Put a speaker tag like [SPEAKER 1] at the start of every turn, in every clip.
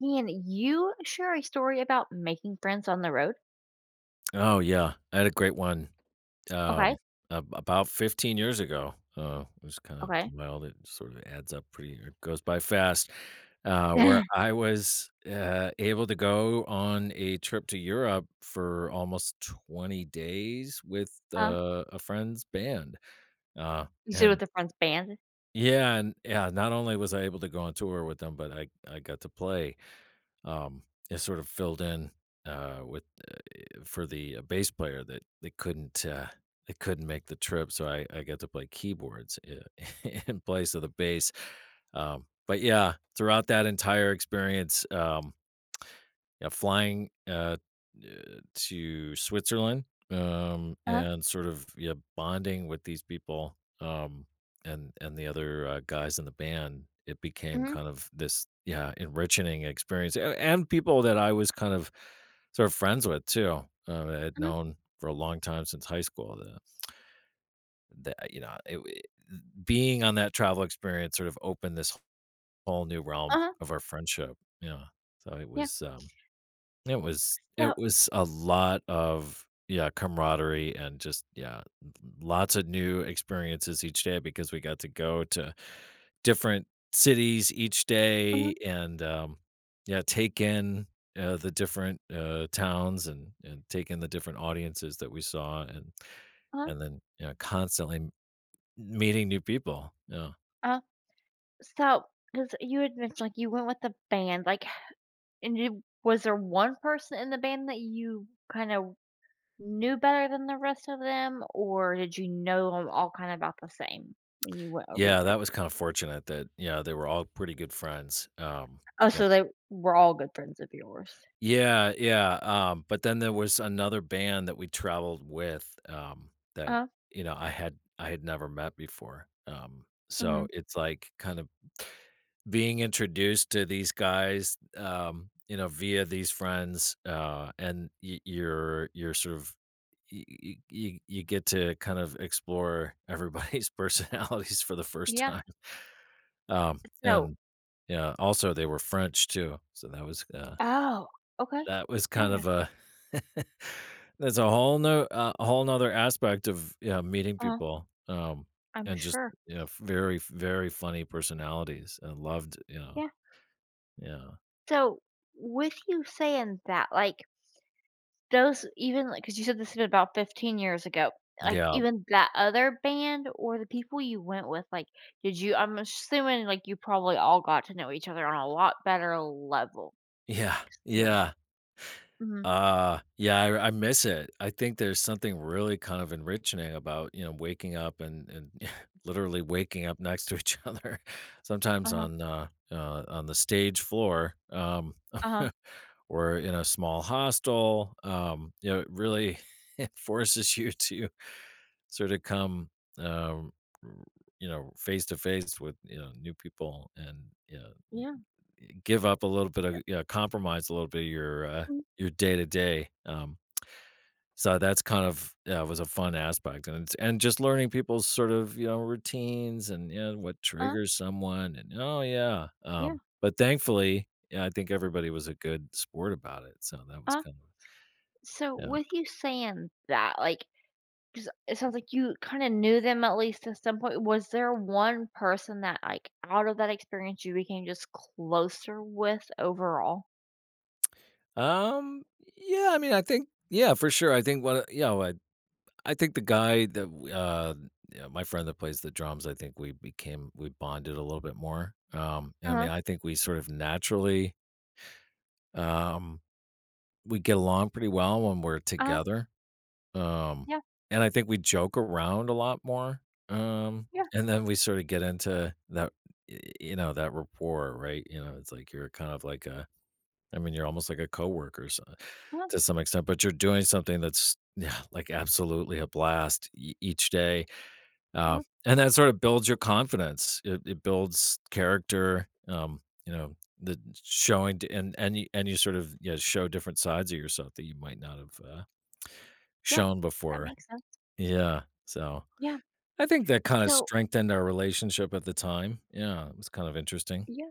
[SPEAKER 1] Can you share a story about making friends on the road?
[SPEAKER 2] Oh, yeah. I had a great one,
[SPEAKER 1] Okay,
[SPEAKER 2] um, ab about 15 years ago. It was kinda
[SPEAKER 1] okay.
[SPEAKER 2] wild, it sort of adds up pretty it goes by fast, where I was, able to go on a trip to Europe for almost 20 days with,
[SPEAKER 1] Uh,
[SPEAKER 2] a friend's band, uh,
[SPEAKER 1] you said with
[SPEAKER 2] and
[SPEAKER 1] the friends band?
[SPEAKER 2] Yeah, and yeah, not only was I able to go on tour with them, but I got to play um, is sort of filled in with uh, for the bass player that they couldn't make the trip, so I got to play keyboards in place of the bass. But yeah, throughout that entire experience, yeah, flying, eh, to Switzerland,
[SPEAKER 1] Uh-huh,
[SPEAKER 2] and sort of, yeah, bonding with these people, and the other, guys in the band, it became
[SPEAKER 1] mhm,
[SPEAKER 2] kind of this, yeah, enriching experience, a and people that I was kind of sort of friends with too, I had
[SPEAKER 1] mhm,
[SPEAKER 2] known for a long time since high school, the you know, it being on that travel experience sort of opened this whole new realm
[SPEAKER 1] uh-huh,
[SPEAKER 2] of our friendship, yeah, so it
[SPEAKER 1] yeah.
[SPEAKER 2] was, um it was
[SPEAKER 1] So,
[SPEAKER 2] it was a lot of, yeah, camaraderie and just, yeah, lots of new experiences each day because we got to go to different cities each day
[SPEAKER 1] mhm,
[SPEAKER 2] and, yeah, take in, the different, towns and take in the different audiences that we saw
[SPEAKER 1] uh-huh,
[SPEAKER 2] and then, you know, constantly meeting new people, yeah.
[SPEAKER 1] uh, so, because you had mentioned, like, you went with the band, like, and you was there one person in the band that you kinda knew better than the rest of them, or did you know them all kinda about the same when you went over
[SPEAKER 2] Yeah,
[SPEAKER 1] there?
[SPEAKER 2] that was kinda fortunate that, you know, they were all pretty good friends,
[SPEAKER 1] Oh,
[SPEAKER 2] yep.
[SPEAKER 1] so they were all good friends of yours.
[SPEAKER 2] Yeah, yeah, but then there was another band that we traveled with, that,
[SPEAKER 1] Uh-huh,
[SPEAKER 2] you know, I had never met before,
[SPEAKER 1] mhm,
[SPEAKER 2] so it's, like, kind of being introduced to these guys, you know, via these friends, and you're sort of you get to kind of explore everybody's personalities for the first
[SPEAKER 1] yeah.
[SPEAKER 2] time. Um,
[SPEAKER 1] So
[SPEAKER 2] and yeah, also they were French too, so
[SPEAKER 1] Oh, okay.
[SPEAKER 2] that was kind of
[SPEAKER 1] Interesting.
[SPEAKER 2] a that's a whole no a whole nother aspect of yeah meeting
[SPEAKER 1] Uh-huh,
[SPEAKER 2] people. Um,
[SPEAKER 1] I'm
[SPEAKER 2] and just
[SPEAKER 1] sure.
[SPEAKER 2] you know, very very funny personalities. I loved you know
[SPEAKER 1] Yeah.
[SPEAKER 2] yeah
[SPEAKER 1] So, with you saying that, like, those even like, because you said this has been about 15 years ago, like,
[SPEAKER 2] yeah
[SPEAKER 1] even that other band or the people you went with, like, did you I'm assuming, like, you probably all got to know each other on a lot better level
[SPEAKER 2] yeah
[SPEAKER 1] than.
[SPEAKER 2] yeah,
[SPEAKER 1] Mhm.
[SPEAKER 2] yeah, I miss it. I think there's something really kind of enriching about, you know, waking up and literally waking up next to each other, sometimes
[SPEAKER 1] Uh-huh.
[SPEAKER 2] on the stage floor,
[SPEAKER 1] Uh-huh.
[SPEAKER 2] or in a small hostel, you know, it really it forces you to sort of come, um, r you know, face to face with, you know, new people and, you know
[SPEAKER 1] Yeah.
[SPEAKER 2] give up a little bit of yeah, compromise a little bit of
[SPEAKER 1] uh
[SPEAKER 2] your day to day. So that's kind of yeah, was a fun aspect, and it's, and just learning people's sort of you know routines and you know, what
[SPEAKER 1] Uh-huh.
[SPEAKER 2] triggers someone, and oh yeah.
[SPEAKER 1] Yeah.
[SPEAKER 2] But thankfully, yeah, I think everybody was a good sport about it, so that was
[SPEAKER 1] uh
[SPEAKER 2] kind of
[SPEAKER 1] So,
[SPEAKER 2] yeah.
[SPEAKER 1] with you saying that, like, 'cause it sounds like you kinda knew them at least at some point. Was there one person that, like, out of that experience you became just closer with overall?
[SPEAKER 2] Um, yeah, I mean, I think yeah, for sure. I think what you know, I think the guy that yeah, my friend that plays the drums, I think we bonded a little bit more. I
[SPEAKER 1] Uh-huh,
[SPEAKER 2] mean, I think we sort of naturally um we get along pretty well when we're
[SPEAKER 1] uh-huh,
[SPEAKER 2] together. Um,
[SPEAKER 1] yeah,
[SPEAKER 2] and I think we joke around a lot more. Um,
[SPEAKER 1] yeah,
[SPEAKER 2] and then we sort of get into that you know, that rapport, right? You know, it's like you're kind of like a I mean, you're almost like a coworker
[SPEAKER 1] uh-huh,
[SPEAKER 2] to some extent, but you're doing something that's, yeah, like absolutely a blast e each day,
[SPEAKER 1] uh-huh,
[SPEAKER 2] and that sort of builds your confidence. It builds character, you know, the showing d and you sort of, yeah, show different sides of yourself that you might not have,
[SPEAKER 1] yeah,
[SPEAKER 2] shown
[SPEAKER 1] that
[SPEAKER 2] before.
[SPEAKER 1] makes sense.
[SPEAKER 2] Yeah, so,
[SPEAKER 1] Yeah,
[SPEAKER 2] I think that kinda
[SPEAKER 1] so
[SPEAKER 2] strengthened our relationship at the time. Yeah, it was kind of interesting.
[SPEAKER 1] yeah.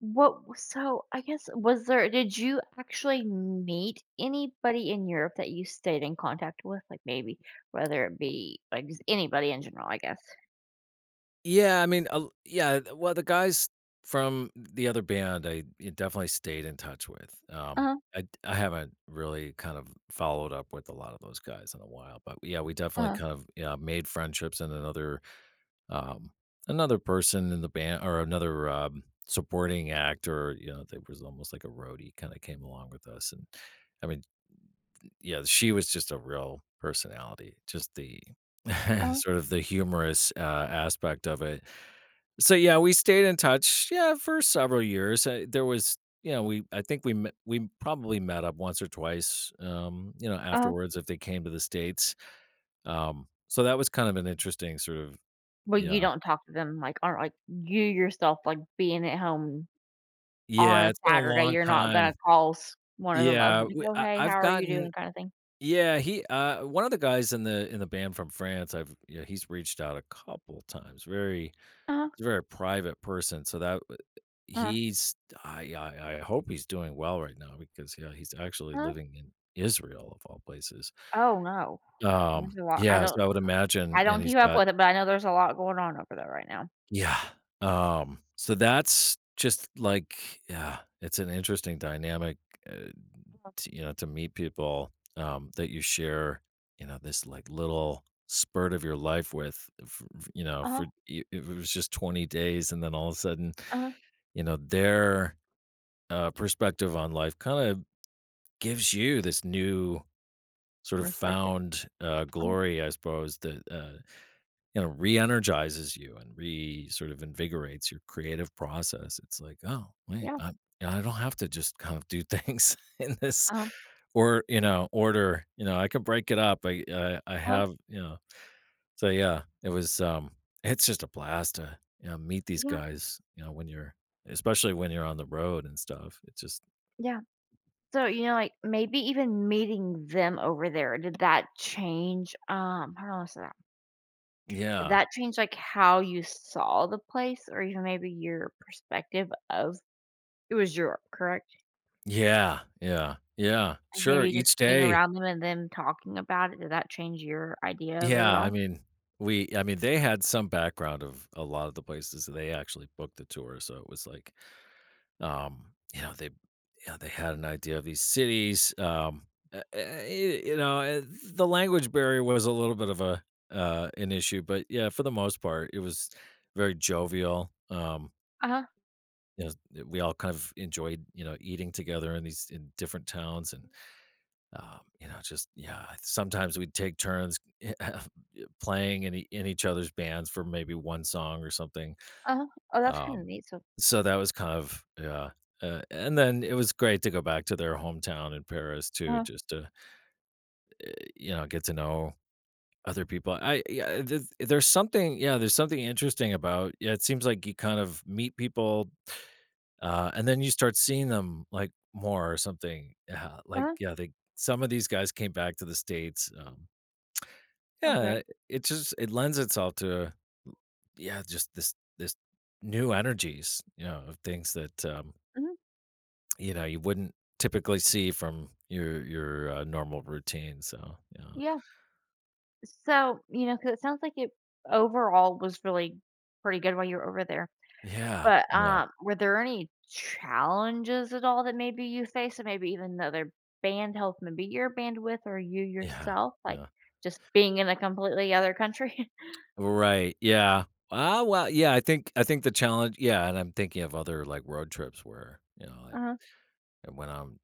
[SPEAKER 1] What w so I guess was there did you actually meet anybody in Europe that you stayed in contact with? Like, maybe whether it be, like, just anybody in general, I guess.
[SPEAKER 2] Yeah, I mean, yeah, well, the guys from the other band, I definitely stayed in touch with.
[SPEAKER 1] Uh-huh,
[SPEAKER 2] I haven't really kind of followed up with a lot of those guys in a while, but yeah, we definitely
[SPEAKER 1] uh-huh,
[SPEAKER 2] kind of yeah made friendships and another um another person in the band or another supporting act or you know that was almost like a roadie kind of came along with us and I mean yeah she was just a real personality just the
[SPEAKER 1] uh-huh,
[SPEAKER 2] sort of the humorous aspect of it so, yeah, we stayed in touch, yeah, for several years, there was you know, we I think we met we probably met up once or twice, you know,
[SPEAKER 1] uh-huh.
[SPEAKER 2] afterwards if they came to the States, so that was kind of an interesting sort of
[SPEAKER 1] Well, you
[SPEAKER 2] yeah.
[SPEAKER 1] don't talk to them, like, or, like, you yourself, like, being at home on
[SPEAKER 2] Yeah,
[SPEAKER 1] a
[SPEAKER 2] it's been a
[SPEAKER 1] Saturday,
[SPEAKER 2] long
[SPEAKER 1] you're not gonna
[SPEAKER 2] time.
[SPEAKER 1] call s one of them up
[SPEAKER 2] Yeah,
[SPEAKER 1] and be
[SPEAKER 2] we
[SPEAKER 1] go,
[SPEAKER 2] I
[SPEAKER 1] "Hey,
[SPEAKER 2] I've
[SPEAKER 1] how are you
[SPEAKER 2] gotten
[SPEAKER 1] doing?" kinda thing.
[SPEAKER 2] yeah, he one of the guys in the band from France, I've yeah, he's reached out a couple times, very
[SPEAKER 1] Uh-huh,
[SPEAKER 2] he's a very private person, so that w
[SPEAKER 1] uh-huh,
[SPEAKER 2] he's I hope he's doing well right now because, yeah, he's actually
[SPEAKER 1] uh
[SPEAKER 2] living in Israel of all places.
[SPEAKER 1] Oh, no. There's a lot. I
[SPEAKER 2] Yeah,
[SPEAKER 1] don't
[SPEAKER 2] so I would imagine
[SPEAKER 1] I don't
[SPEAKER 2] and he's
[SPEAKER 1] keep up
[SPEAKER 2] got
[SPEAKER 1] with it, but I know there's a lot going on over there right now.
[SPEAKER 2] yeah,
[SPEAKER 1] Yeah.
[SPEAKER 2] so that's just like yeah, it's an interesting dynamic, uh, to, you know, to meet people, that you share, you know, this, like, little spurt of your life with f f you know, for
[SPEAKER 1] Uh-huh,
[SPEAKER 2] I if it was just 20 days and then all of a sudden,
[SPEAKER 1] uh-huh.
[SPEAKER 2] you know, they're perspective on life kind of gives you this new sort of
[SPEAKER 1] Respected.
[SPEAKER 2] found
[SPEAKER 1] Uh-huh.
[SPEAKER 2] glory, I suppose, that you know re-energizes you and re sort of invigorates your creative process. It's like, oh wait,
[SPEAKER 1] Yeah.
[SPEAKER 2] I don't have to just kind of do things in this
[SPEAKER 1] Um.
[SPEAKER 2] or you know order. You know, I can break it up. I
[SPEAKER 1] Uh-huh.
[SPEAKER 2] have you know. So yeah, it was. It's just a blast to you know meet these
[SPEAKER 1] Yeah,
[SPEAKER 2] guys. You know when you're especially when you're on the road and stuff. It's just
[SPEAKER 1] yeah. So, you know, like, maybe even meeting them over there, did that change, how do I say that?
[SPEAKER 2] yeah
[SPEAKER 1] That changed, like, how you saw the place or even maybe your perspective of it was Europe, correct?
[SPEAKER 2] yeah yeah, yeah,
[SPEAKER 1] And
[SPEAKER 2] Sure,
[SPEAKER 1] maybe just
[SPEAKER 2] each
[SPEAKER 1] being
[SPEAKER 2] day.
[SPEAKER 1] around them and them talking about it, did that change your idea of it
[SPEAKER 2] Yeah,
[SPEAKER 1] at
[SPEAKER 2] I
[SPEAKER 1] all?
[SPEAKER 2] mean, we I mean, they had some background of a lot of the places that they actually booked the tour, so it was like, you know, they had an idea of these cities, y you know, the language barrier was a little bit of a an issue, but yeah, for the most part, it was very jovial,
[SPEAKER 1] Uh-huh,
[SPEAKER 2] you know, we all kind of enjoyed, you know, eating together in these in different towns and you know, just yeah, sometimes we'd take turns playing in, in each other's bands for maybe one song or something.
[SPEAKER 1] uh-huh. Oh, that's kinda
[SPEAKER 2] Um,
[SPEAKER 1] neat. So
[SPEAKER 2] so that was kind of yeah. And then it was great to go back to their hometown in Paris too,
[SPEAKER 1] uh-huh,
[SPEAKER 2] just to you know get to know other people. I yeah, there's something yeah, there's something interesting about yeah. It seems like you kind of meet people, and then you start seeing them like more or something. Yeah, like
[SPEAKER 1] uh-huh,
[SPEAKER 2] yeah, they some of these guys came back to the States.
[SPEAKER 1] okay.
[SPEAKER 2] Yeah, it just it lends itself to yeah, just this new energies, you know, of things that
[SPEAKER 1] Mhm,
[SPEAKER 2] you know, you wouldn't typically see from your normal routine. So, yeah.
[SPEAKER 1] yeah. So, you know, because it sounds like it overall was really pretty good while you were over there.
[SPEAKER 2] Yeah.
[SPEAKER 1] But,
[SPEAKER 2] Yeah.
[SPEAKER 1] were there any challenges at all that maybe you faced, or maybe even the other band helped maybe your bandwidth or you
[SPEAKER 2] Yeah.
[SPEAKER 1] yourself, like,
[SPEAKER 2] Yeah.
[SPEAKER 1] just being in a completely other country?
[SPEAKER 2] Right, yeah. Ah, well, yeah, I think the challenge yeah, and I'm thinking of other, like, road trips where, you know, like,
[SPEAKER 1] Uh-huh,
[SPEAKER 2] when I'm,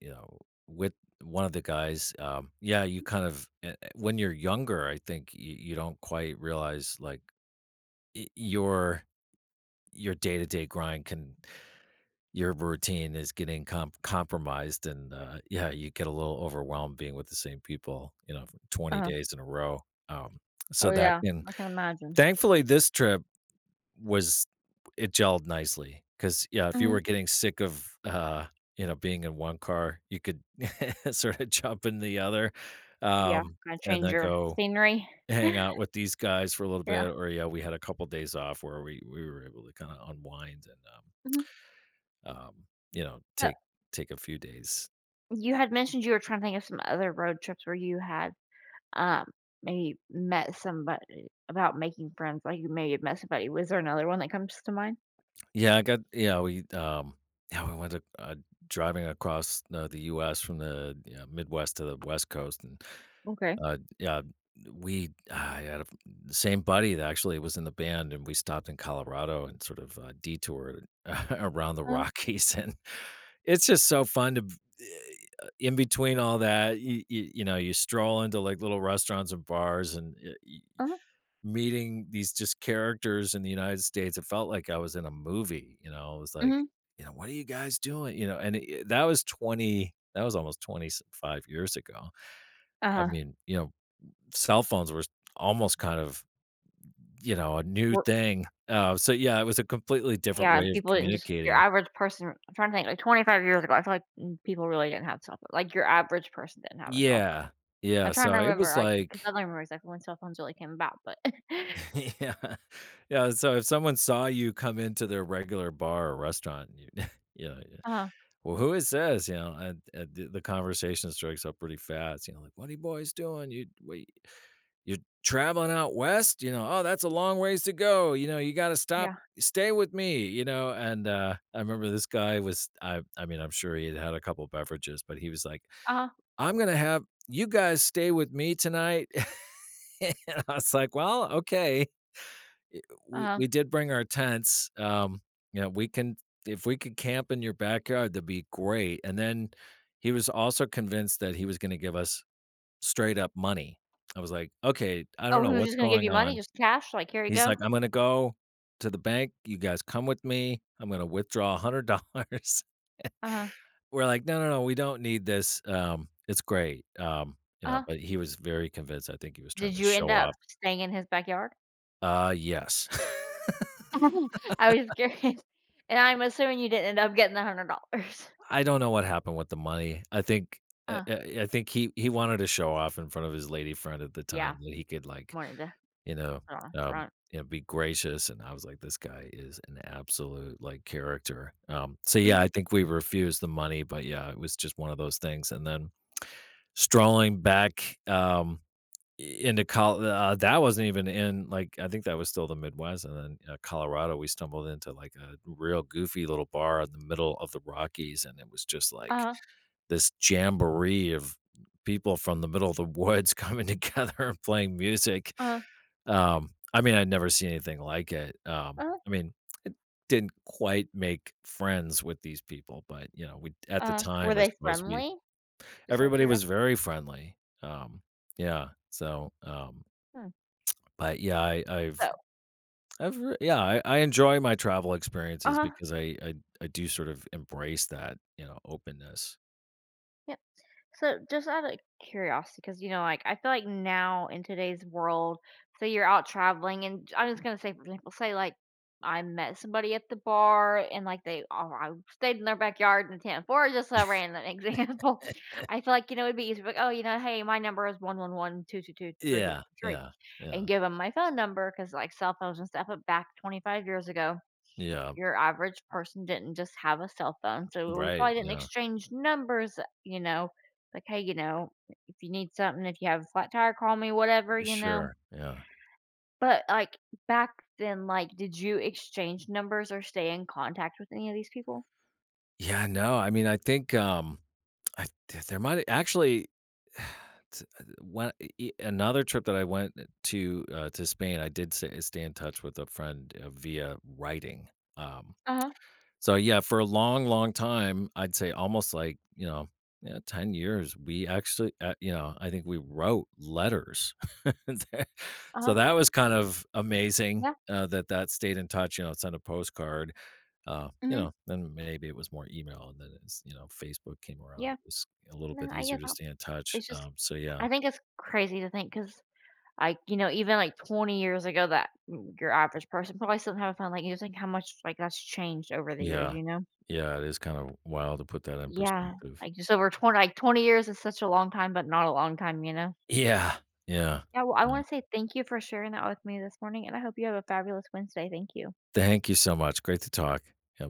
[SPEAKER 2] you know, with one of the guys, yeah, you kind of when you're younger, I think you don't quite realize, like, y your day-to-day grind can your routine is getting compromised, and, yeah, you get a little overwhelmed being with the same people, you know, for 20
[SPEAKER 1] uh-huh.
[SPEAKER 2] days in a row, um,
[SPEAKER 1] Oh,
[SPEAKER 2] so that
[SPEAKER 1] yeah,
[SPEAKER 2] can
[SPEAKER 1] I can imagine.
[SPEAKER 2] thankfully, this trip was it gelled nicely? Because yeah, if you
[SPEAKER 1] Mhm.
[SPEAKER 2] were getting sick of, you know, being in one car, you could sorta jump in the other,
[SPEAKER 1] Yeah,
[SPEAKER 2] um,
[SPEAKER 1] gonna
[SPEAKER 2] and
[SPEAKER 1] change
[SPEAKER 2] then
[SPEAKER 1] your
[SPEAKER 2] go
[SPEAKER 1] scenery.
[SPEAKER 2] hang out with these guys for a little
[SPEAKER 1] Yeah,
[SPEAKER 2] bit, or, yeah, we had a couple days off where we were able to kinda unwind and,
[SPEAKER 1] mhm.
[SPEAKER 2] um, you know,
[SPEAKER 1] So,
[SPEAKER 2] take a few days.
[SPEAKER 1] you had mentioned you were trying to think of some other road trips where you had, um, maybe met somebody about making friends, like, you maybe have met somebody. Was there another one that comes to mind?
[SPEAKER 2] Yeah, I got yeah, we went to, driving across, the US from the Midwest to the West Coast. And
[SPEAKER 1] Okay.
[SPEAKER 2] Yeah, we I had a the same buddy that actually was in the band, and we stopped in Colorado and sort of, detoured around the
[SPEAKER 1] Uh-huh,
[SPEAKER 2] Rockies. And it's just so fun to eh, in between all that, you know, you stroll into, like, little restaurants and bars and, eh, y
[SPEAKER 1] uh-huh,
[SPEAKER 2] meeting these just characters in the United States. It felt like I was in a movie, you know? It was like,
[SPEAKER 1] uh
[SPEAKER 2] you know, "What are you guys doing?" You know? That was almost 25 years ago. I
[SPEAKER 1] uh-huh.
[SPEAKER 2] mean, you know, cell phones were almost kind of, you know, a new thing. So yeah, it was a completely different
[SPEAKER 1] Yeah, and
[SPEAKER 2] way of
[SPEAKER 1] people didn't just your
[SPEAKER 2] communicating.
[SPEAKER 1] average person I'm trying to think, like, 25 years ago, I feel like, people really didn't have cell phones. Like, your average person didn't have a cell phone.
[SPEAKER 2] Yeah.
[SPEAKER 1] I'm
[SPEAKER 2] Yeah,
[SPEAKER 1] trying to
[SPEAKER 2] so it
[SPEAKER 1] remember,
[SPEAKER 2] was
[SPEAKER 1] like, because I don't
[SPEAKER 2] like
[SPEAKER 1] remember exactly when cell phones really came about, but
[SPEAKER 2] yeah. Yeah, so if someone saw you come into their regular bar or restaurant, you you know, yeah,
[SPEAKER 1] Uh-huh,
[SPEAKER 2] "Well, who is this?" You know? And the conversation strikes up pretty fast, you know, like, "What are you boys doing? You're traveling out west," you know. "Oh, that's a long ways to go," you know. "You gotta stop
[SPEAKER 1] yeah,
[SPEAKER 2] stay with me," you know. I remember this guy was I mean, I'm sure he had had a couple beverages, but he was like,
[SPEAKER 1] uh-huh,
[SPEAKER 2] "I'm gonna have you guys stay with me tonight." And I was like, "Well, okay. Eh, we
[SPEAKER 1] uh-huh.
[SPEAKER 2] we did bring our tents, you know, we can if we could camp in your backyard, that'd be great." And then he was also convinced that he was gonna give us straight up money. I was like, "Okay, I don't
[SPEAKER 1] Oh, he
[SPEAKER 2] know
[SPEAKER 1] was
[SPEAKER 2] what's
[SPEAKER 1] just gonna give you
[SPEAKER 2] going
[SPEAKER 1] money,
[SPEAKER 2] on."
[SPEAKER 1] just cash, like, "Here you
[SPEAKER 2] He's
[SPEAKER 1] go."
[SPEAKER 2] like, "I'm gonna go to the bank. You guys come with me. I'm gonna withdraw $100."
[SPEAKER 1] Uh-huh,
[SPEAKER 2] We're like, "No, no, no. We don't need this. It's great." You know,
[SPEAKER 1] uh-huh.
[SPEAKER 2] but he was very convinced. I think he was trying
[SPEAKER 1] Did
[SPEAKER 2] to
[SPEAKER 1] you
[SPEAKER 2] show
[SPEAKER 1] end up
[SPEAKER 2] off.
[SPEAKER 1] staying in his backyard?
[SPEAKER 2] Yes.
[SPEAKER 1] I was just curious, and I'm assuming you didn't end up getting the $100.
[SPEAKER 2] I don't know what happened with the money. I think I
[SPEAKER 1] Uh,
[SPEAKER 2] I I think he wanted to show off in front of his lady friend at the
[SPEAKER 1] yeah,
[SPEAKER 2] time that he could, like,
[SPEAKER 1] wanted to
[SPEAKER 2] you know,
[SPEAKER 1] put on a
[SPEAKER 2] um,
[SPEAKER 1] front.
[SPEAKER 2] you know, be gracious. And I was like, "This guy is an absolute, like, character." So, yeah,
[SPEAKER 1] Mhm,
[SPEAKER 2] I think we refused the money, but, yeah, it was just one of those things. And then strolling back, I into col that wasn't even in, like, I think that was still the Midwest, and then, Colorado, we stumbled into, like, a real goofy little bar in the middle of the Rockies, and it was just, like,
[SPEAKER 1] uh-huh,
[SPEAKER 2] this jamboree of people from the middle of the woods coming together and playing music.
[SPEAKER 1] uh-huh,
[SPEAKER 2] I mean, I'd never seen anything like it.
[SPEAKER 1] uh-huh,
[SPEAKER 2] I mean, it didn't quite make friends with these people, but, you know, we at the
[SPEAKER 1] were
[SPEAKER 2] time, I
[SPEAKER 1] they
[SPEAKER 2] suppose we
[SPEAKER 1] friendly? Just out of
[SPEAKER 2] everybody was
[SPEAKER 1] curiosity?
[SPEAKER 2] very friendly. Yeah, so,
[SPEAKER 1] Hmm.
[SPEAKER 2] but yeah, I
[SPEAKER 1] So
[SPEAKER 2] I've I've re yeah, I enjoy my travel experiences
[SPEAKER 1] Uh-huh,
[SPEAKER 2] because I I do sort of embrace that, you know, openness.
[SPEAKER 1] yep. So just out of curiosity, because you know, like, I feel like now in today's world, say you're out traveling and j I'm just gonna say, for example, say, like, I met somebody at the bar and, like, they oh, I stayed in their backyard in tent for just a random example. I feel like, you know, it'd be easy like, "Oh, you know, hey, my number is one one one two two two three two
[SPEAKER 2] Yeah,
[SPEAKER 1] three,
[SPEAKER 2] yeah,
[SPEAKER 1] and
[SPEAKER 2] yeah,
[SPEAKER 1] give them my phone number, because like, cell phones and stuff, but back 25 years ago
[SPEAKER 2] yeah,
[SPEAKER 1] your average person didn't just have a cell phone, so we
[SPEAKER 2] right,
[SPEAKER 1] probably didn't
[SPEAKER 2] yeah,
[SPEAKER 1] exchange numbers, you know, like, "Hey, you know, if you need something, if you have a flat tire, call me, whatever," you know?
[SPEAKER 2] sure, yeah.
[SPEAKER 1] But, like, back then, like, did you exchange numbers or stay in contact with any of these people?
[SPEAKER 2] Yeah, no, I mean, I think, I th there might actually t when another trip that I went to Spain, I did sa stay in touch with a friend, via writing, um.
[SPEAKER 1] Uh-huh,
[SPEAKER 2] So, yeah, for a long, long time, I'd say almost, like, you know, yeah, 10 years, we actually, you know, I think we wrote letters. So
[SPEAKER 1] uh-huh.
[SPEAKER 2] that was kind of amazing
[SPEAKER 1] Yeah,
[SPEAKER 2] that that stayed in touch. You know, send a postcard. You
[SPEAKER 1] mhm,
[SPEAKER 2] know, then maybe it was more email, and then as you know, Facebook came around.
[SPEAKER 1] yeah.
[SPEAKER 2] It was a little
[SPEAKER 1] No,
[SPEAKER 2] bit
[SPEAKER 1] I get
[SPEAKER 2] easier to
[SPEAKER 1] that.
[SPEAKER 2] stay in touch.
[SPEAKER 1] It's just
[SPEAKER 2] So yeah,
[SPEAKER 1] I think it's crazy to think because, like, you know, even, like, 20 years ago that your average person probably still didn't have a phone, like, you think how much, like, that's changed over the years,
[SPEAKER 2] yeah,
[SPEAKER 1] you know?
[SPEAKER 2] yeah. It is kind of wild to put that in
[SPEAKER 1] Yeah,
[SPEAKER 2] perspective.
[SPEAKER 1] like, just over 20, like, 20 years is such a long time, but not a long time, you know?
[SPEAKER 2] Yeah, yeah,
[SPEAKER 1] Yeah, well, I
[SPEAKER 2] yeah.
[SPEAKER 1] wanna say thank you for sharing that with me this morning, and I hope you have a fabulous Wednesday. Thank you.
[SPEAKER 2] Thank you so much. Great to talk. Yeah.